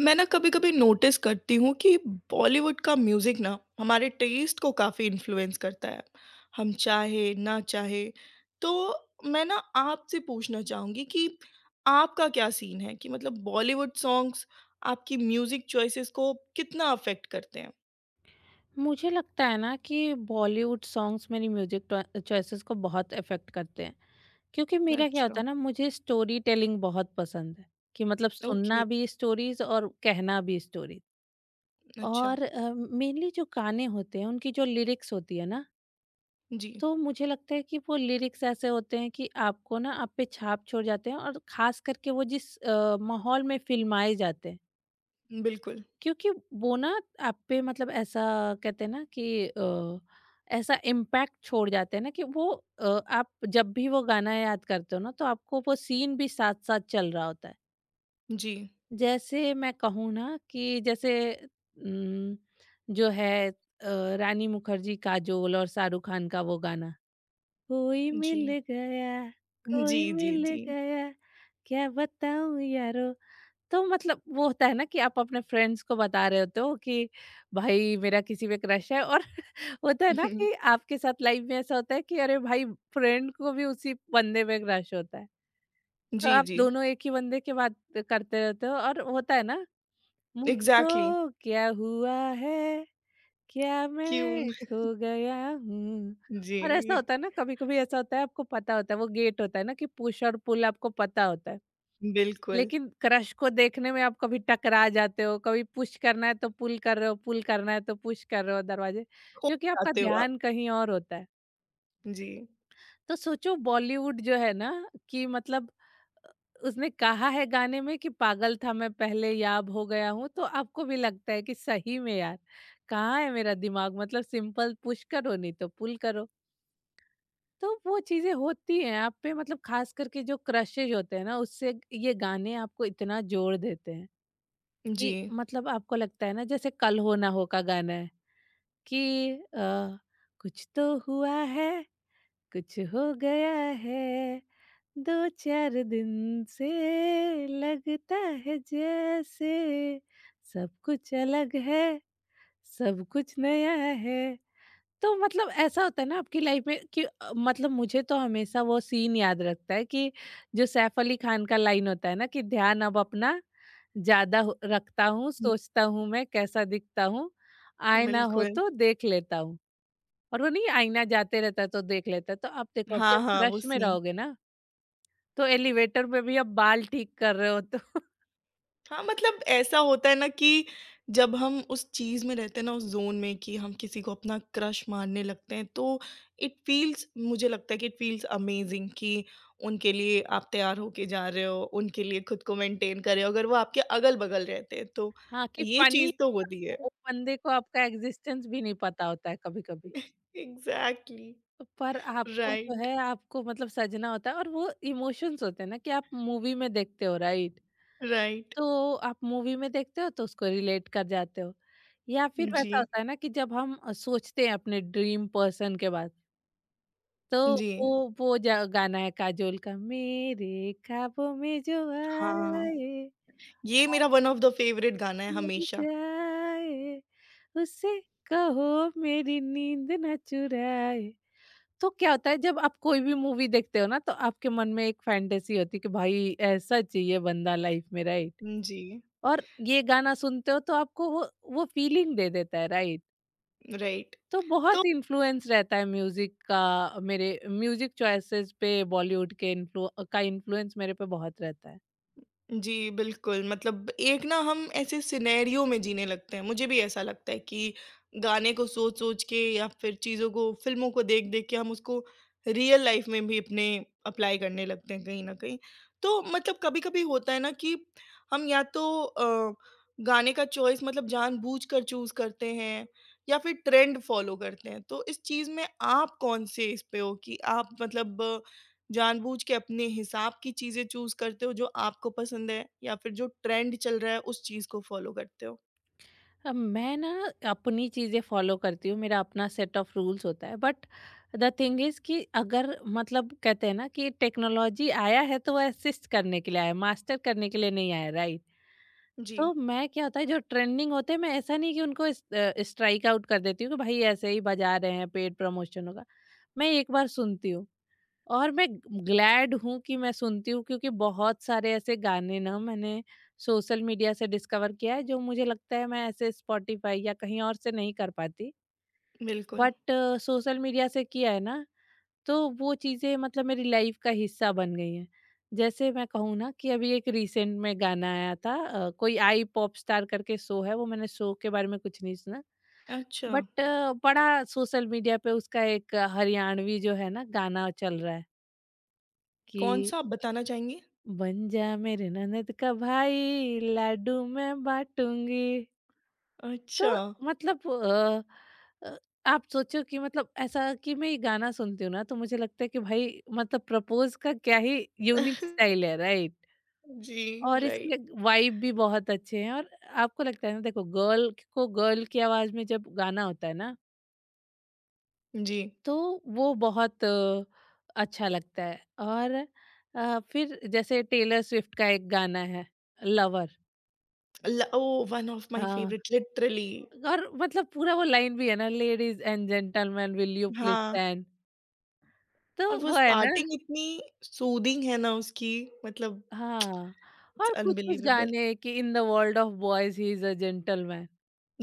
मैं ना कभी-कभी नोटिस करती हूँ कि बॉलीवुड का म्यूज़िक ना हमारे टेस्ट को काफ़ी इन्फ्लुएंस करता है। हम चाहे, ना चाहे। तो मैं ना आपसे पूछना चाहूँगी कि आपका क्या सीन है कि मतलब बॉलीवुड सॉन्ग्स आपकी म्यूज़िक चॉइसेस को कितना अफ़ेक्ट करते हैं? मुझे लगता है ना कि बॉलीवुड सॉन्ग्स मेरी म्यूजिक चॉइसेस को बहुत अफेक्ट करते हैं, क्योंकि मेरा क्या होता अच्छा। है ना, मुझे स्टोरी टेलिंग बहुत पसंद है। कि मतलब ओके, सुनना भी स्टोरीज और कहना भी स्टोरीज। अच्छा। और मेनली जो गाने होते हैं उनकी जो लिरिक्स होती है ना, जी, तो मुझे लगता है कि वो लिरिक्स ऐसे होते हैं कि आपको ना, आप पे छाप छोड़ जाते हैं, और खास करके वो जिस माहौल में फिल्माए जाते हैं, बिल्कुल। क्योंकि वो ना आप पे मतलब ऐसा, कहते हैं ना कि ऐसा इम्पैक्ट छोड़ जाते हैं ना कि वो, आप जब भी वो गाना याद करते हो ना, तो आपको वो सीन भी साथ साथ चल रहा होता है। जी, जैसे मैं कहूँ ना कि जैसे न, जो है रानी मुखर्जी, काजोल और शाहरुख खान का वो गाना, कोई मिल जी। गया, जी, कोई जी, मिल जी। गया, क्या बताऊं यारो। तो मतलब वो होता है ना कि आप अपने फ्रेंड्स को बता रहे होते हो कि भाई मेरा किसी पे क्रश है, और होता है ना कि आपके साथ लाइफ में ऐसा होता है कि अरे भाई, फ्रेंड को भी उसी बंदे पे क्रश होता है। तो जी, आप जी। दोनों एक ही बंदे की बात करते रहते हो, और होता है ना, मुझको एग्ज़ैक्टली। क्या हुआ है, क्या क्यों? मैं खो गया हूँ। जी, और ऐसा होता है ना, कभी कभी ऐसा होता है, आपको पता होता है वो गेट होता है ना कि पुश और पुल, आपको पता होता है, बिल्कुल। लेकिन क्रश को देखने में आप कभी टकरा जाते हो, कभी पुश करना है तो पुल कर रहे हो, पुल करना है तो पुश कर रहे हो दरवाजे, खो क्योंकि आपका जाते हो आप। ध्यान कहीं और होता है। जी, तो सोचो बॉलीवुड जो है ना, कि मतलब अ, उसने कहा है गाने में कि पागल था मैं पहले, याब हो गया हूँ, तो आपको भी लगता है कि सही में यार, कहाँ है मेरा दिमाग, मतलब सिंपल पुश करो नहीं तो पुल करो। तो वो चीज़ें होती हैं आप पे, मतलब खास करके जो क्रशेज़ होते हैं ना, उससे ये गाने आपको इतना जोड़ देते हैं, कि जी। मतलब आपको लगता है ना, जैसे कल हो ना हो का गाना है कि अ, कुछ तो हुआ है, कुछ हो गया है, दो चार दिन से लगता है जैसे सब कुछ अलग है, सब कुछ नया है। तो मतलब ऐसा होता है ना आपकी लाइफ में कि मतलब मुझे तो हमेशा वो सीन याद रखता है कि जो सैफ अली खान का लाइन होता है ना कि ध्यान अब अपना ज्यादा रखता हूँ, हुँ, सोचता हूँ मैं कैसा दिखता हूँ, आईना हो बिल्कुल। तो देख लेता हूँ, और वो नहीं आईना जाते रहता है तो देख लेता है। तो आप देखो आप हाँ, जब हाँ, वो रश में सीन। रहोगे ना, तो एलिवेटर में भी आप बाल ठीक कर रहे हो तो हाँ, मतलब ऐसा होता है ना कि जब हम उस चीज़ में रहते हैं ना, उस ज़ोन में कि हम किसी को अपना क्रश मानने लगते हैं, तो इट फ़ील्स मुझे लगता है कि इट फ़ील्स अमेज़िंग कि उनके लिए आप तैयार होके जा रहे हो, उनके लिए खुद को मेंटेन कर रहे हो, अगर वो आपके अगल-बगल रहते हैं, तो हाँ कि ये फनी, चीज़ तो होती है। वो बंदे को आपका एग्जिस्टेंस भी नहीं पता होता है कभी कभी, एग्ज़ैक्टली। पर आपको जो राइट, है आपको मतलब सजना होता है, और वो इमोशंस होते हैं ना कि आप मूवी में देखते हो, राइट? राइट। तो आप मूवी में देखते हो तो उसको रिलेट कर जाते हो। या फिर वैसा जी, होता है ना कि जब हम सोचते हैं अपने ड्रीम पर्सन के बाद, तो जी। वो गाना है काजोल का, मेरे ख्वाबों में जो हाँ। आए, ये मेरा वन ऑफ द फेवरेट गाना है चुर हमेशा। जाए, उसे कहो मेरी नींद न चुराए। तो क्या होता है जब आप कोई भी मूवी देखते हो ना, तो आपके मन में एक फैंटेसी होती है कि भाई ऐसा चाहिए बंदा लाइफ में, राइट? हुँ, जी, और ये गाना सुनते हो तो आपको वो फीलिंग दे देता है, राइट? राइट। तो तो बहुत इन्फ्लुएंस रहता है म्यूजिक का, मेरे म्यूजिक चॉइसेस पे बॉलीवुड के इन्फ्लु का इन्फ्लुएंस मेरे पे बहुत रहता है। जी, बिल्कुल, मतलब एक ना हम ऐसे सिनेरियो में जीने लगते हैं, मुझे भी ऐसा लगता है कि गाने को सोच-सोच के या फिर चीज़ों को फ़िल्मों को देख-देख के हम उसको रियल लाइफ़ में भी अपने अप्लाई करने लगते हैं कहीं न कहीं। तो मतलब कभी-कभी होता है ना कि हम या तो गाने का चॉइस मतलब जानबूझकर चूज़ करते हैं या फिर ट्रेंड फ़ॉलो करते हैं। तो इस चीज़ में आप कौन से इस पे हो कि आप मतलब जानबूझ के अपने हिसाब की चीज़ें चूज़ करते हो जो आपको पसंद है या फिर जो ट्रेंड चल रहा है उस चीज़ को फ़ॉलो करते हो? अब मैं ना अपनी चीज़ें फॉलो करती हूँ, मेरा अपना सेट ऑफ रूल्स होता है, बट द थिंग इज कि अगर मतलब कहते हैं ना कि टेक्नोलॉजी आया है तो वो असिस्ट करने के लिए आया है, मास्टर करने के लिए नहीं आया, राइट? जी। तो मैं, क्या होता है जो ट्रेंडिंग होते हैं, मैं ऐसा नहीं कि उनको स्ट्राइक आउट कर देती हूँ कि भाई ऐसे ही बजा रहे हैं, पेड प्रमोशन होगा। मैं एक बार सुनती हूँ, और मैं ग्लैड हूँ कि मैं सुनती हूँ, क्योंकि बहुत सारे ऐसे गाने ना मैंने सोशल मीडिया से डिस्कवर किया है जो मुझे लगता है मैं ऐसे स्पॉटिफाई या कहीं और से नहीं कर पाती। बिल्कुल। बट सोशल मीडिया से किया है ना, तो वो चीज़ें मतलब मेरी लाइफ का हिस्सा बन गई हैं। जैसे मैं कहूँ ना कि अभी एक रिसेंट में गाना आया था, कोई आई पॉप स्टार करके शो है, वो मैंने शो के बारे में कुछ नहीं सुना, अच्छा, बट बड़ा सोशल मीडिया पे उसका एक हरियाणवी जो है ना गाना चल रहा है, कि कौन-सा आप बताना चाहेंगे? बन जा मेरे ननद का भाई, लाडू मैं बांटूंगी। अच्छा। तो मतलब अ, आप सोचो कि मतलब ऐसा कि मैं ये गाना सुनती हूँ ना, तो मुझे लगता है कि भाई, मतलब प्रपोज का क्या ही यूनिक स्टाइल है, राइट? जी, और राइट। इसके वाइब भी बहुत अच्छे हैं। और आपको लगता है ना, देखो गर्ल को गर्ल की आवाज में जब गाना होता है ना, जी। तो वो बहुत अच्छा लगता है। और फिर जैसे टेलर स्विफ्ट का एक गाना है, लवर, ल ओह! वन ऑफ माय हाँ। Favourite literally. और मतलब पूरा वो लाइन भी है ना, ladies and gentleman, will you please हाँ, स्टैंड, तो और वो वो है ना, स्टार्टिंग इतनी सूदिंग है ना उसकी मतलब हाँ। इट्स और कुछ कुछ अनबिलीवेबल। गाने कि in the world of boys, he is a gentleman.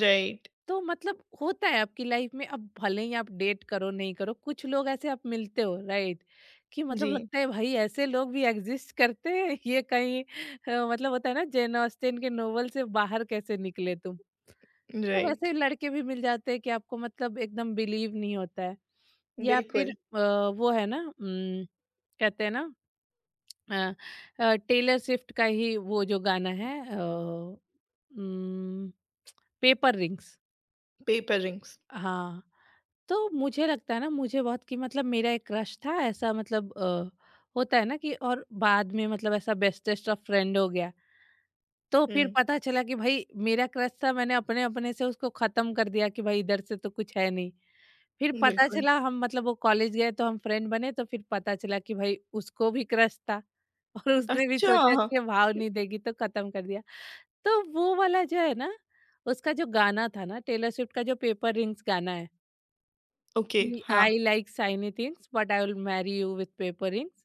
Right, तो मतलब होता है आपकी लाइफ में अब भले ही आप डेट करो नहीं करो, कुछ लोग ऐसे आप मिलते हो, राइट? कि मतलब जी, लगता है भाई ऐसे लोग भी एग्जिस्ट करते हैं, ये कहीं, मतलब होता है ना, जेन ऑस्टिन के नोवेल से बाहर कैसे निकले तुम। तो राइट, वैसे लड़के भी मिल जाते हैं कि आपको मतलब एकदम बिलीव नहीं होता है। या फिर बिल्कुल। वो है ना कहते हैं ना, अ, टेलर स्विफ्ट का ही वो जो गाना है, पेपर रिंग्स, पेपर रिंग्स। हाँ। तो मुझे लगता है ना, मुझे बहुत, कि मतलब मेरा एक क्रश था ऐसा मतलब, होता है ना, कि और बाद में मतलब ऐसा बेस्टेस्ट ऑफ फ्रेंड हो गया। तो फिर हुँ, पता चला कि भाई मेरा क्रश था, मैंने अपने अपने से उसको खत्म कर दिया कि भाई इधर से तो कुछ है नहीं। फिर पता बिल्कुल। चला हम मतलब वो कॉलेज गए तो हम फ्रेंड बने, तो फिर पता चला कि भाई उसको भी क्रश था और उसने भी सोचा अच्छा! कि ये भाव नहीं देगी तो खत्म कर दिया। तो वो वाला जो है ना, उसका जो गाना था ना टेलर स्विफ्ट का जो पेपर रिंग्स गाना है ओके, कि हाँ। I like shiny things but I will marry you with paper rings.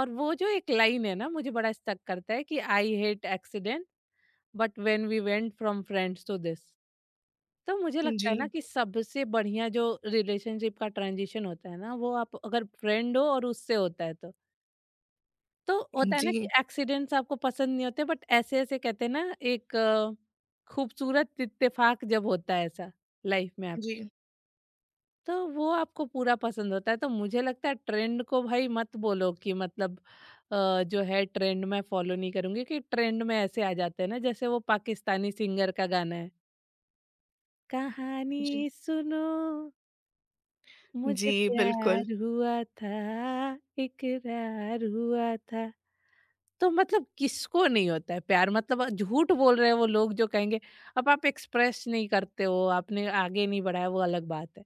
और वो जो एक लाइन है ना मुझे बड़ा स्टक करता है कि I hate accident but when we went from friends to this. तो मुझे लगता जी, है ना कि सबसे बढ़िया जो रिलेशनशिप का ट्रांजिशन होता है ना, वो आप अगर फ्रेंड हो और उससे होता है तो होता है ना कि जी, एक्सीडेंट्स आपको पसंद नहीं होते, बट ऐसे ऐसे कहते हैं ना एक खूबसूरत इत्तेफाक जब होता है ऐसा लाइफ में आपके, जी, तो वो आपको पूरा पसंद होता है। तो मुझे लगता है ट्रेंड को भाई मत बोलो कि मतलब, जो है ट्रेंड मैं फॉलो नहीं करूंगी, कि ट्रेंड में ऐसे आ जाते हैं ना जैसे वो पाकिस्तानी सिंगर का गाना है, कहानी जी, सुनो, जी, मुझे बिल्कुल। प्यार हुआ था, इकरार हुआ था। तो मतलब किसको नहीं होता है प्यार, मतलब झूठ बोल रहे हैं वो लोग जो कहेंगे। अब आप एक्सप्रेस नहीं करते हो, आपने आगे नहीं बढ़ाया, वो अलग बात है,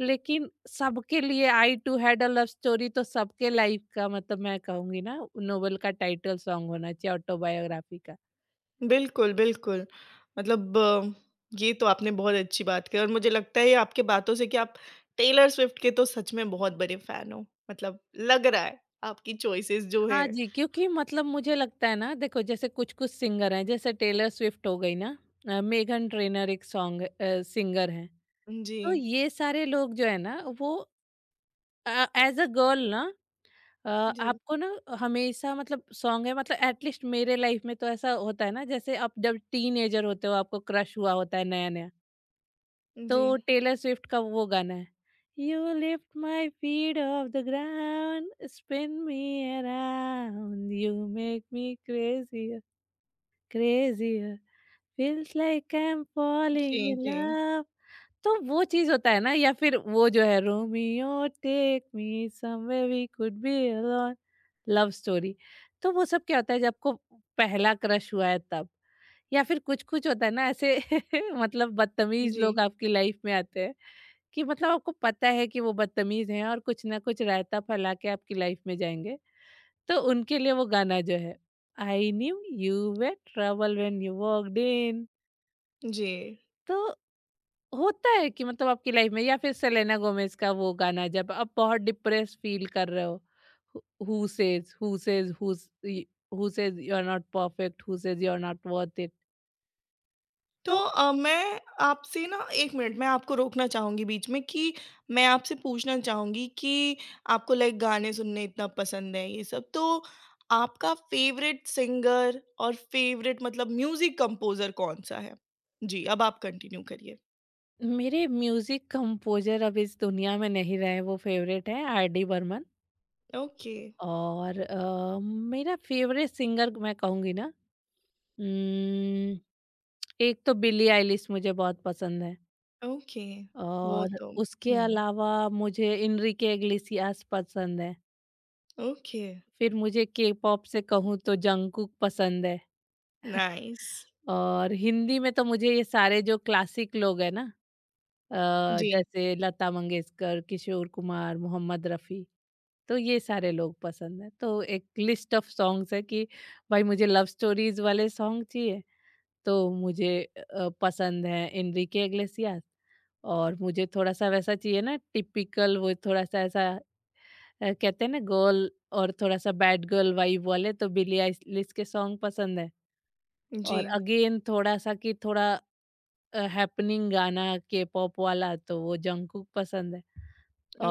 लेकिन सबके लिए I too had a love story, तो सबके लाइफ का मतलब मैं कहूंगी ना, नोवेल का टाइटल सॉन्ग होना चाहिए ऑटोबायोग्राफी का। बिल्कुल, बिल्कुल। मतलब ये तो आपने बहुत अच्छी बात कही और मुझे लगता है आपकी बातों से कि आप टेलर स्विफ्ट के तो सच में बहुत बड़े फैन हो। मतलब लग रहा है आपकी चॉइसेस जो है हाँ जी, क्योंकि मतलब मुझे लगता है ना, देखो जैसे कुछ कुछ सिंगर हैं जैसे टेलर स्विफ्ट हो गई ना, मेघन ट्रेनर, एक सॉन्ग सिंगर हैं। जी, तो ये सारे लोग जो है ना, वो एज अ गर्ल ना, अ, जी, आपको ना हमेशा मतलब सॉन्ग है मतलब एटलीस्ट मेरे लाइफ में तो ऐसा होता है ना, जैसे आप जब टीनेजर होते हो आपको क्रश हुआ होता है नया नया, जी, तो टेलर स्विफ्ट का वो गाना है, you lift my feet off the ground, spin me around, you make me crazier, crazier, feels like i'm falling जी, in जी, love। तो वो चीज़ होता है ना, या फिर वो जो है, Romeo take me somewhere we could be alone, love story. तो वो सब क्या होता है जब को पहला क्रश हुआ है तब, या फिर कुछ कुछ होता है ना ऐसे मतलब बदतमीज लोग जी, आपकी लाइफ में आते हैं, कि मतलब आपको पता है कि वो बदतमीज हैं और कुछ ना कुछ रायता फैला के आपकी लाइफ में जाएंगे, तो उनके लिए वो गाना जो है, I knew you were trouble when you walked in. जी। तो होता है कि मतलब आपकी लाइफ में, या फिर सेलेना गोमेज का वो गाना जब आप बहुत डिप्रेस फील कर रहे हो, who says, who says, who says you are not perfect, who says you are not worth it. तो तो अ, मैं आपसे ना 1 मिनट मैं आपको रोकना चाहूँगी बीच में कि मैं आपसे पूछना चाहूँगी कि आपको लाइक गाने सुनने इतना पसंद है ये सब, तो आपका फ़ेवरेट सिंगर और फ़ेवरेट मतलब म्यूज़िक कंपोज़र कौन-सा है? जी, अब आप कंटिन्यू करिए। मेरे म्यूजिक कंपोजर अब इस दुनिया में नहीं रहे, वो फेवरेट है आर डी बर्मन। ओके, और मेरा फेवरेट सिंगर मैं कहूँगी ना, उम्म, एक तो बिली आइलिश मुझे बहुत पसंद है, ओके। वो और तो उसके हुँ, अलावा मुझे इनरिके इग्लिसियास पसंद है, ओके, फिर मुझे के-पॉप से कहूँ तो जंगकुक पसंद है। नाइस। और हिंदी में तो मुझे ये सारे जो क्लासिक लोग हैं ना, अ, जी, जैसे लता मंगेशकर, किशोर कुमार, मोहम्मद रफ़ी, तो ये सारे लोग पसंद हैं। तो एक लिस्ट ऑफ सॉन्ग्स है कि भाई मुझे लव स्टोरीज़ वाले सॉन्ग चाहिए, तो मुझे पसंद है एनरिके इग्लेसियास। और मुझे थोड़ा-सा वैसा चाहिए ना टिपिकल, वो थोड़ा-सा ऐसा कहते हैं ना गर्ल, और थोड़ा-सा बैड गर्ल वाइब वाले तो बिली आइलिश के सॉन्ग पसंद है। जी, और अगेन थोड़ा-सा कि थोड़ा हैपनिंग गाना के-पॉप वाला तो वो जंगकुक पसंद है।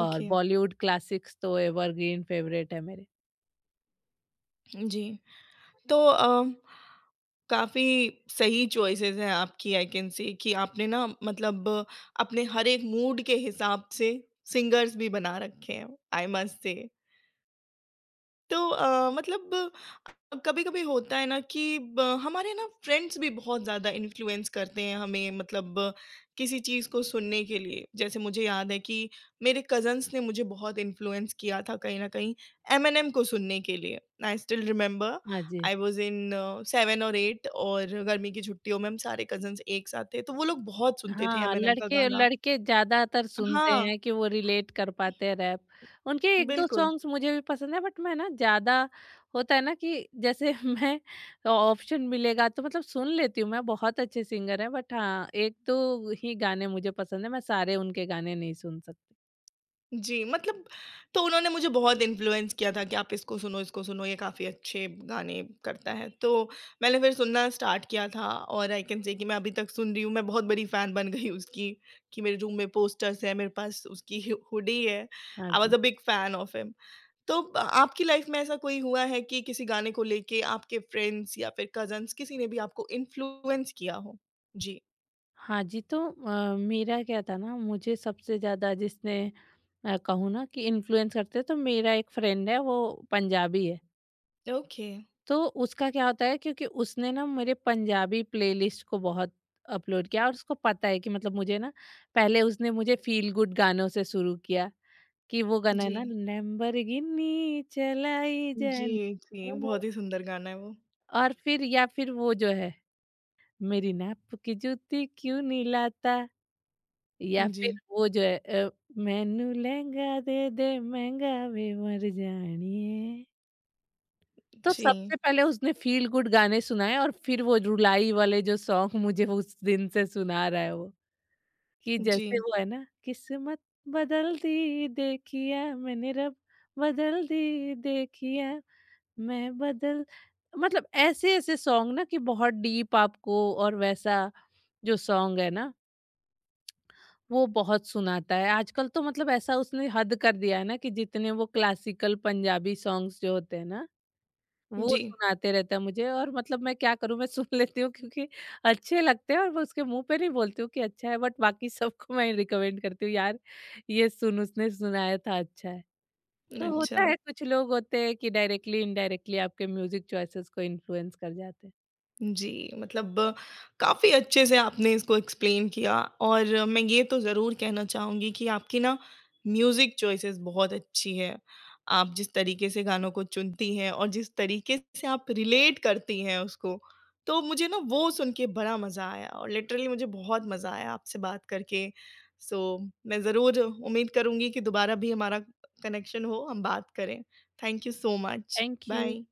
और बॉलीवुड क्लासिक्स तो एवरग्रीन फेवरेट है मेरे। जी। तो अ काफ़ी सही चॉइसेस हैं आपकी। आई कैन से कि आपने ना मतलब अपने हर एक मूड के हिसाब से सिंगर्स भी बना रखे हैं। I must say. तो कभी-कभी होता है ना कि ब हमारे ना फ्रेंड्स भी बहुत ज़्यादा इन्फ्लुएंस करते हैं हमें मतलब किसी चीज़ को सुनने के लिए। जैसे मुझे याद है कि मेरे कज़िन्स ने मुझे बहुत इन्फ्लुएंस किया था कहीं न कहीं एमिनेम को सुनने के लिए। आई स्टिल रिमेंबर हाँ जी। आई वाज़ इन 7 और 8 और गर्मी की छुट्टियों में हम सारे कज़िन्स एक साथ थे, तो वो लोग बहुत सुनते थे हाँ, एमिनेम का लड़के गाना। लड़के ज़्यादातर सुनते हाँ, हैं कि वो रिलेट कर पाते हैं रैप। उनके 1-2 बिल्कुल। सॉन्ग्स मुझे भी पसंद है, बट मैं ना ज़्यादा, होता है ना कि जैसे मैं, ऑप्शन मिलेगा तो मतलब सुन लेती हूँ मैं, बहुत अच्छे सिंगर हैं, बट हाँ, 1-2 ही गाने मुझे पसंद है, मैं सारे उनके गाने नहीं सुन सकती। जी, मतलब तो उन्होंने मुझे बहुत इन्फ्लुएंस किया था कि आप इसको सुनो, ये काफ़ी अच्छे गाने करता है। तो मैंने फिर सुनना स्टार्ट किया था और आई कैन से कि मैं अभी तक सुन रही हूँ, मैं बहुत बड़ी फ़ैन बन गई उसकी कि मेरे रूम में पोस्टर्स हैं, मेरे पास उसकी हु हुडी है। हाँ आई वाज़ जी। A big fan of him. तो ब आपकी लाइफ़ में ऐसा कोई हुआ है कि किसी गाने को लेके आपके फ्रेंड्स या फिर कज़न्स किसी ने भी आपको इन्फ्लुएंस किया हो? जी। हाँ जी, तो मेरा क्या था ना, मुझे सबसे ज़्यादा जिसने कहूँ ना कि इन्फ्लुएंस करते हैं, तो मेरा एक फ्रेंड है, वो पंजाबी है। ओके। तो उसका क्या होता है, क्योंकि उसने ना मेरे पंजाबी प्लेलिस्ट को बहुत अपलोड किया, और उसको पता है कि मतलब मुझे ना, पहले उसने मुझे फील गुड गानों से शुरू किया, कि वो गाना है जी। ना, लैम्बोर्गिनी चलाई जी, जानी, जी, बहुत ही सुंदर गाना है वो। और फिर, या फिर वो जो है, मेरी नाप की जूती क्यों नहीं लाता, या जी। फिर वो जो है मैनू लहंगा दे दे महंगा वे मर जानी। तो जी, सबसे पहले उसने फ़ील गुड गाने सुनाए, और फिर वो रुलाई वाले जो सॉन्ग मुझे उस दिन से सुना रहा है वो, कि जैसे जी, वो है ना, किस्मत बदल दी देखिया मैंने, रब बदल दी देखिया, मैं बदल, मतलब ऐसे-ऐसे सॉन्ग ना कि बहुत डीप आपको, और वैसा जो सॉन्ग है ना, वो बहुत सुनाता है। आजकल तो मतलब ऐसा उसने हद कर दिया है ना कि जितने वो क्लासिकल पंजाबी सॉन्ग्स जो होते हैं ना वो जी। सुनाते रहता है मुझे। और मतलब मैं क्या करूँ, मैं सुन लेती हूँ, क्योंकि अच्छे लगते हैं, और मैं उसके मुँह पे नहीं बोलती हूँ कि अच्छा है, बट बाकी सबको मैं रिकमेंड करती हूँ, यार ये सुन, उसने सुनाया था, अच्छा है। तो होता अच्छा। है कुछ लोग होते हैं कि डायरेक्टली इनडायरेक्टली आपके म्यूजिक चॉइसेस को इन्फ्लुएंस कर जाते हैं। जी, मतलब काफ़ी अच्छे से आपने इसको एक्सप्लेन किया और मैं ये तो ज़रूर कहना चाहूँगी कि आपकी ना म्यूज़िक चॉइसेस बहुत अच्छी है। आप जिस तरीके से गानों को चुनती हैं और जिस तरीके से आप रिलेट करती हैं उसको, तो मुझे ना वो सुन के बड़ा मज़ा आया और लिटरली मुझे बहुत मज़ा आया आपसे बात करके। सो मैं ज़रूर उम्मीद करूँगी कि दोबारा भी हमारा कनेक्शन हो, हम बात करें। Thank you so much. Thank you. Bye.